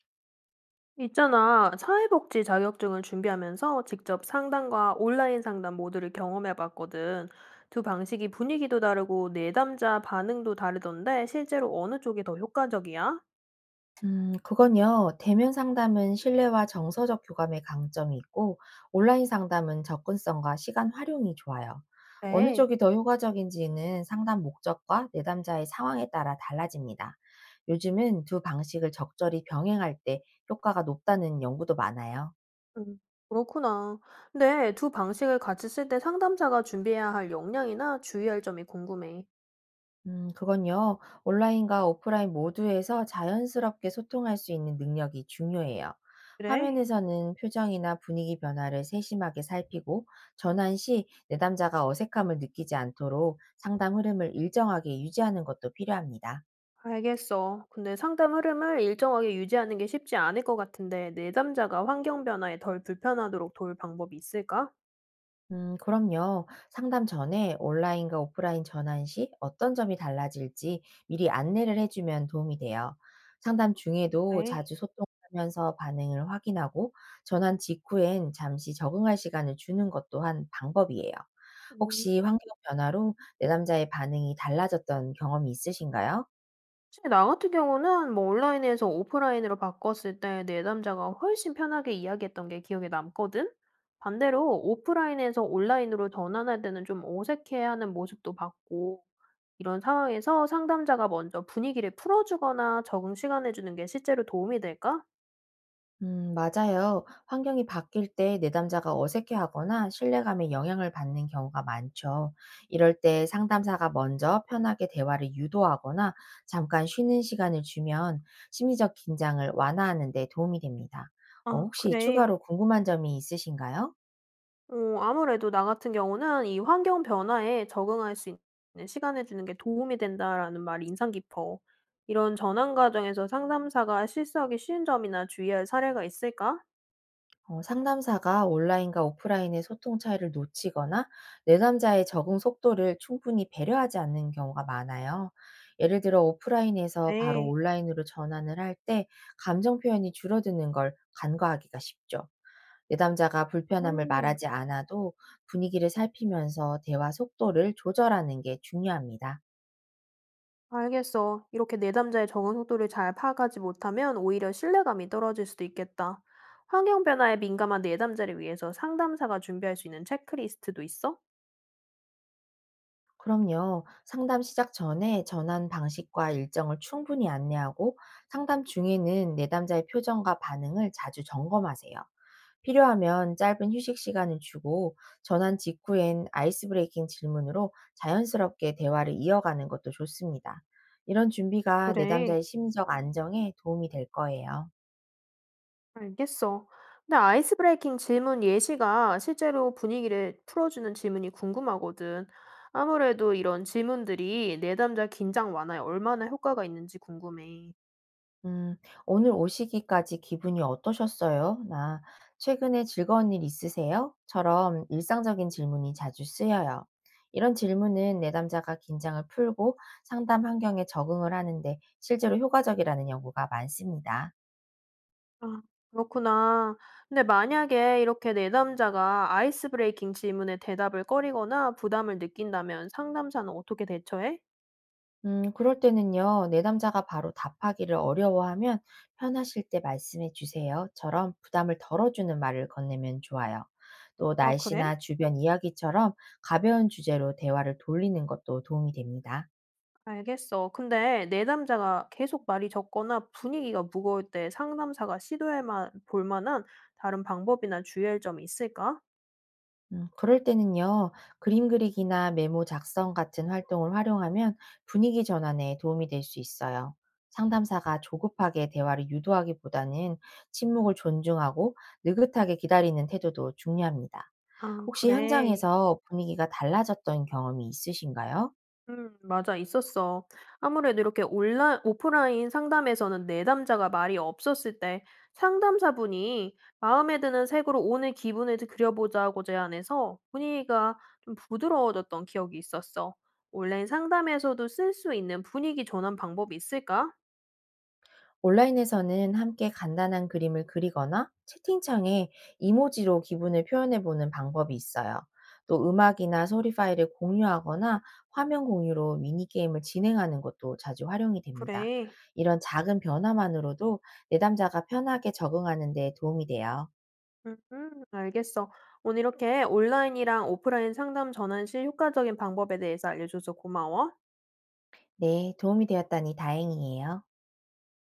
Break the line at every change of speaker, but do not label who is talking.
있잖아, 사회복지 자격증을 준비하면서 직접 상담과 온라인 상담 모두를 경험해 봤거든. 두 방식이 분위기도 다르고 내담자 반응도 다르던데 실제로 어느 쪽이 더 효과적이야?
그건요. 대면 상담은 신뢰와 정서적 교감의 강점이 있고, 온라인 상담은 접근성과 시간 활용이 좋아요. 어느
네.
쪽이 더 효과적인지는 상담 목적과 내담자의 상황에 따라 달라집니다. 요즘은 두 방식을 적절히 병행할 때 효과가 높다는 연구도 많아요.
음, 그렇구나. 근데 두 방식을 같이 쓸 때 상담자가 준비해야 할 역량이나 주의할 점이 궁금해.
그건요. 온라인과 오프라인 모두에서 자연스럽게 소통할 수 있는 능력이 중요해요.
그래?
화면에서는 표정이나 분위기 변화를 세심하게 살피고 전환 시 내담자가 어색함을 느끼지 않도록 상담 흐름을 일정하게 유지하는 것도 필요합니다.
알겠어. 근데 상담 흐름을 일정하게 유지하는 게 쉽지 않을 것 같은데 내담자가 환경 변화에 덜 불편하도록 도울 방법이 있을까?
그럼요. 상담 전에 온라인과 오프라인 전환 시 어떤 점이 달라질지 미리 안내를 해주면 도움이 돼요. 상담 중에도
네.
자주 소통하면서 반응을 확인하고 전환 직후엔 잠시 적응할 시간을 주는 것 또한 방법이에요.
음,
혹시 환경 변화로 내남자의 반응이 달라졌던 경험이 있으신가요?
사실 나 같은 경우는 뭐 온라인에서 오프라인으로 바꿨을 때 내담자가 훨씬 편하게 이야기했던 게 기억에 남거든? 반대로 오프라인에서 온라인으로 전환할 때는 좀 어색해하는 모습도 봤고, 이런 상황에서 상담자가 먼저 분위기를 풀어주거나 적응 시간 해주는 게 실제로 도움이 될까?
맞아요. 환경이 바뀔 때 내담자가 어색해하거나 신뢰감에 영향을 받는 경우가 많죠. 이럴 때 상담사가 먼저 편하게 대화를 유도하거나 잠깐 쉬는 시간을 주면 심리적 긴장을 완화하는 데 도움이 됩니다.
아,
혹시
그래.
추가로 궁금한 점이 있으신가요?
어 아무래도 나 같은 경우는 "이 환경 변화에 적응할 수 있는 시간을 주는 게 도움이 된다."라는 말이 인상 깊어. 이런 전환 과정에서 상담사가 실수하기 쉬운 점이나 주의할 사례가 있을까?
상담사가 온라인과 오프라인의 소통 차이를 놓치거나 내담자의 적응 속도를 충분히 배려하지 않는 경우가 많아요. 예를 들어 오프라인에서 바로
네.
온라인으로 전환을 할 때 감정 표현이 줄어드는 걸 간과하기가 쉽죠. 내담자가 불편함을
음.
말하지 않아도 분위기를 살피면서 대화 속도를 조절하는 게 중요합니다.
알겠어. 이렇게 내담자의 적응 속도를 잘 파악하지 못하면 오히려 신뢰감이 떨어질 수도 있겠다. 환경 변화에 민감한 내담자를 위해서 상담사가 준비할 수 있는 체크리스트도 있어?
그럼요. 상담 시작 전에 전환 방식과 일정을 충분히 안내하고 상담 중에는 내담자의 표정과 반응을 자주 점검하세요. 필요하면 짧은 휴식 시간을 주고 전환 직후엔 아이스 브레이킹 질문으로 자연스럽게 대화를 이어가는 것도 좋습니다. 이런 준비가
그래.
내담자의 심리적 안정에 도움이 될 거예요.
알겠어. 근데 아이스 브레이킹 질문 예시가 실제로 분위기를 풀어주는 질문이 궁금하거든. 아무래도 이런 질문들이 내담자 긴장 완화에 얼마나 효과가 있는지 궁금해.
음, 오늘 오시기까지 기분이 어떠셨어요? 나 최근에 즐거운 일 있으세요? 처럼 일상적인 질문이 자주 쓰여요. 이런 질문은 내담자가 긴장을 풀고 상담 환경에 적응을 하는데 실제로 효과적이라는 연구가 많습니다.
아, 그렇구나. 근데 만약에 이렇게 내담자가 아이스 브레이킹 질문에 대답을 꺼리거나 부담을 느낀다면 상담사는 어떻게 대처해?
그럴 때는요, 내담자가 바로 답하기를 어려워하면 편하실 때 말씀해 주세요.처럼 부담을 덜어주는 말을 건네면 좋아요. 또
아, 그래?
날씨나 주변 이야기처럼 가벼운 주제로 대화를 돌리는 것도 도움이 됩니다.
알겠어. 근데 내담자가 계속 말이 적거나 분위기가 무거울 때 상담사가 볼 만한 다른 방법이나 주의할 점이 있을까?
그럴 때는요, 그림 그리기나 메모 작성 같은 활동을 활용하면 분위기 전환에 도움이 될 수 있어요. 상담사가 조급하게 대화를 유도하기보다는 침묵을 존중하고 느긋하게 기다리는 태도도 중요합니다.
아,
혹시
그래.
현장에서 분위기가 달라졌던 경험이 있으신가요?
맞아, 있었어. 아무래도 이렇게 온라인, 오프라인 상담에서는 내담자가 말이 없었을 때 상담사분이 마음에 드는 색으로 오늘 기분을 그려보자고 제안해서 분위기가 좀 부드러워졌던 기억이 있었어. 온라인 상담에서도 쓸 수 있는 분위기 전환 방법이 있을까?
온라인에서는 함께 간단한 그림을 그리거나 채팅창에 이모지로 기분을 표현해 보는 방법이 있어요. 또 음악이나 소리 파일을 공유하거나 화면 공유로 미니게임을 진행하는 것도 자주 활용이 됩니다.
그래.
이런 작은 변화만으로도 내담자가 편하게 적응하는 데 도움이 돼요.
알겠어. 오늘 이렇게 온라인이랑 오프라인 상담 전환 시 효과적인 방법에 대해서 알려줘서 고마워.
네, 도움이 되었다니 다행이에요.